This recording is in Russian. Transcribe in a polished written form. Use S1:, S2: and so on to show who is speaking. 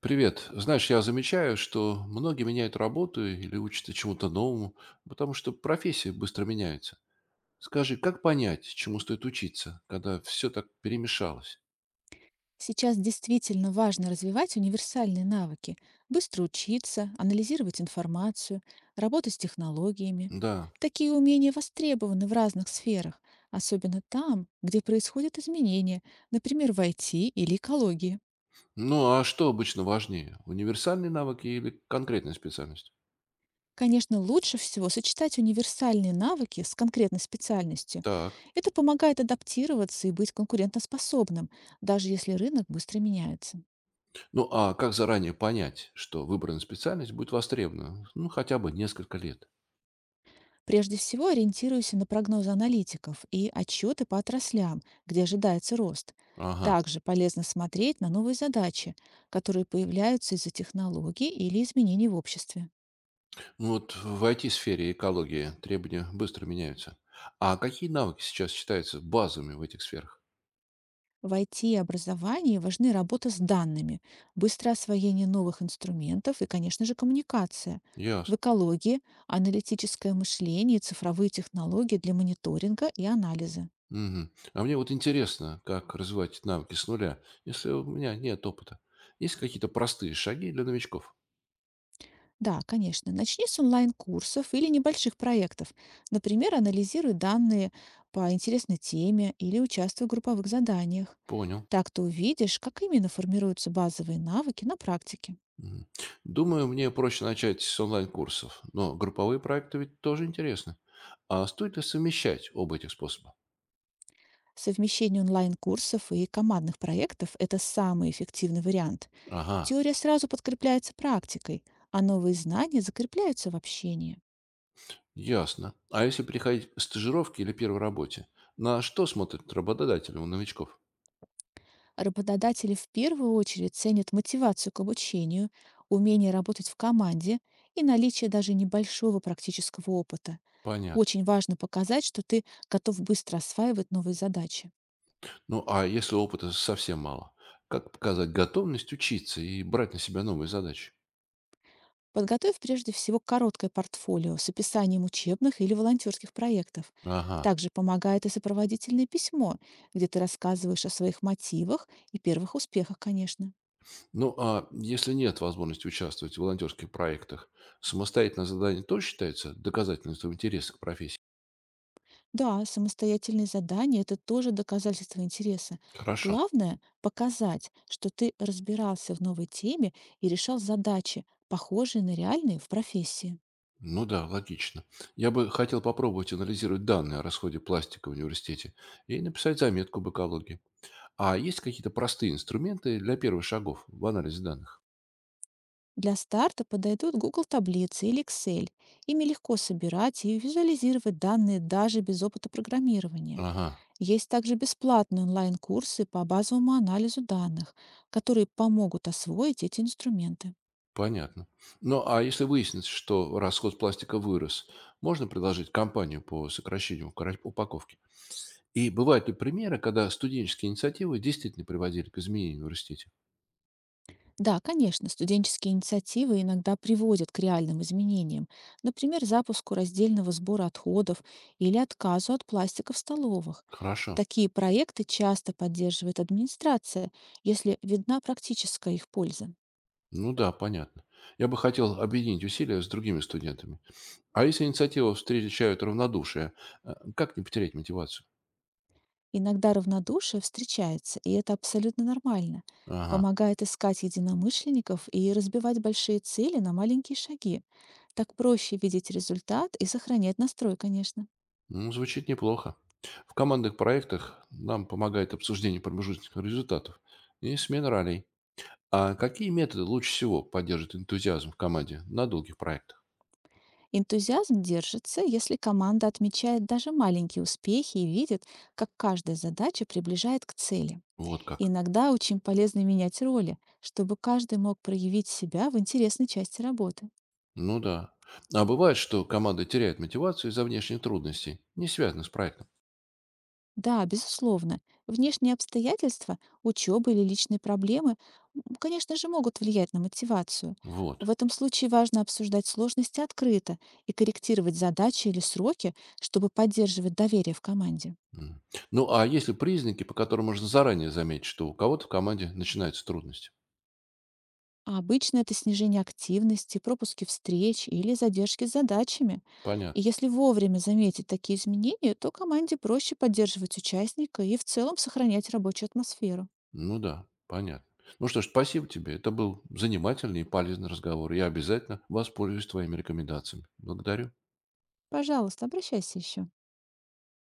S1: Привет. Знаешь, я замечаю, что многие меняют работу или учатся чему-то новому, потому что профессия быстро меняется. Скажи, как понять, чему стоит учиться, когда все так перемешалось?
S2: Сейчас действительно важно развивать универсальные навыки, быстро учиться, анализировать информацию, работать с технологиями.
S1: Да.
S2: Такие умения востребованы в разных сферах, особенно там, где происходят изменения, например, в IT или экологии.
S1: Ну, а что обычно важнее, универсальные навыки или конкретная специальность?
S2: Конечно, лучше всего сочетать универсальные навыки с конкретной специальностью.
S1: Так.
S2: Это помогает адаптироваться и быть конкурентоспособным, даже если рынок быстро меняется.
S1: Ну, а как заранее понять, что выбранная специальность будет востребована? Ну, хотя бы несколько лет.
S2: Прежде всего ориентируйся на прогнозы аналитиков и отчеты по отраслям, где ожидается рост.
S1: Ага.
S2: Также полезно смотреть на новые задачи, которые появляются из-за технологий или изменений в обществе.
S1: Ну вот в IT-сфере экологии требования быстро меняются. А какие навыки сейчас считаются базовыми в этих сферах?
S2: В IT и образовании важны работа с данными, быстрое освоение новых инструментов и, конечно же, коммуникация. В
S1: Ясно.
S2: экологии– аналитическое мышление и цифровые технологии для мониторинга и анализа.
S1: Мгм. А мне вот интересно, как развивать эти навыки с нуля, если у меня нет опыта. Есть какие-то простые шаги для новичков?
S2: Да, конечно. Начни с онлайн-курсов или небольших проектов. Например, анализируй данные по интересной теме или участвуй в групповых заданиях.
S1: Понял.
S2: Так ты увидишь, как именно формируются базовые навыки на практике.
S1: Мгм. Думаю, мне проще начать с онлайн-курсов, но групповые проекты ведь тоже интересны. А стоит ли совмещать оба этих способа?
S2: Совмещение онлайн-курсов и командных проектов– это самый эффективный вариант.
S1: Ага.
S2: Теория сразу подкрепляется практикой, а новые знания закрепляются в общении.
S1: Ясно. А если приходить к стажировке или первой работе, на что смотрят работодатели у новичков?
S2: Работодатели в первую очередь ценят мотивацию к обучению, умение работать в команде и наличие даже небольшого практического опыта.
S1: Понятно.
S2: Очень важно показать, что ты готов быстро осваивать новые задачи.
S1: Ну, а если опыта совсем мало? Как показать готовность учиться и брать на себя новые задачи?
S2: Подготовь прежде всего короткое портфолио с описанием учебных или волонтерских проектов.
S1: Ага.
S2: Также помогает и сопроводительное письмо, где ты рассказываешь о своих мотивах и первых успехах, конечно.
S1: Ну, а если нет возможности участвовать в волонтерских проектах, самостоятельное задание тоже считается доказательством интереса к профессии?
S2: Да, самостоятельные задания– это тоже доказательство интереса.
S1: Хорошо.
S2: Главное– показать, что ты разбирался в новой теме и решал задачи, похожие на реальные в профессии.
S1: Ну да, логично. Я бы хотел попробовать анализировать данные о расходе пластика в университете и написать заметку об экологии. А есть какие-то простые инструменты для первых шагов в анализе данных?
S2: Для старта подойдут Google таблицы или Excel. Ими легко собирать и визуализировать данные даже без опыта программирования.
S1: Ага,
S2: Есть также бесплатные онлайн-курсы по базовому анализу данных, которые помогут освоить эти инструменты.
S1: понятно. Ну, а если выяснится, что расход пластика вырос, можно предложить кампанию по сокращению упаковки? И бывают ли примеры, когда студенческие инициативы действительно приводили к изменению в университете?
S2: Да, конечно, студенческие инициативы иногда приводят к реальным изменениям, например, запуску раздельного сбора отходов или отказу от пластика в столовых.
S1: Хорошо.
S2: Такие проекты часто поддерживает администрация, если видна практическая их польза.
S1: Ну да, понятно. Я бы хотел объединить усилия с другими студентами. А если инициативу встречают равнодушие, как не потерять мотивацию?
S2: Иногда равнодушие встречается, и это абсолютно нормально.
S1: Ага.
S2: Помогает искать единомышленников и разбивать большие цели на маленькие шаги. Так проще видеть результат и сохранять настрой, конечно.
S1: Ну, звучит неплохо. В командных проектах нам помогает обсуждение промежуточных результатов и смена ролей. А какие методы лучше всего поддерживают энтузиазм в команде на долгих проектах?
S2: Энтузиазм держится, если команда отмечает даже маленькие успехи и видит, как каждая задача приближает к цели.
S1: Вот как.
S2: Иногда очень полезно менять роли, чтобы каждый мог проявить себя в интересной части работы.
S1: Ну да. А бывает, что команда теряет мотивацию из-за внешних трудностей, не связанных с проектом.
S2: Да, безусловно, внешние обстоятельства, учеба или личные проблемы, конечно же, могут влиять на мотивацию.
S1: Вот.
S2: В этом случае важно обсуждать сложности открыто и корректировать задачи или сроки, чтобы поддерживать доверие в команде.
S1: М. Ну, а есть ли признаки, по которым можно заранее заметить, что у кого-то в команде начинаются трудности?
S2: Обычно это снижение активности, пропуски встреч или задержки с задачами.
S1: Понятно.
S2: И если вовремя заметить такие изменения, то команде проще поддерживать участника и в целом сохранять рабочую атмосферу.
S1: Ну да, понятно. Ну что ж, спасибо тебе. Это был занимательный и полезный разговор. Я обязательно воспользуюсь твоими рекомендациями. Благодарю.
S2: Пожалуйста, обращайся еще.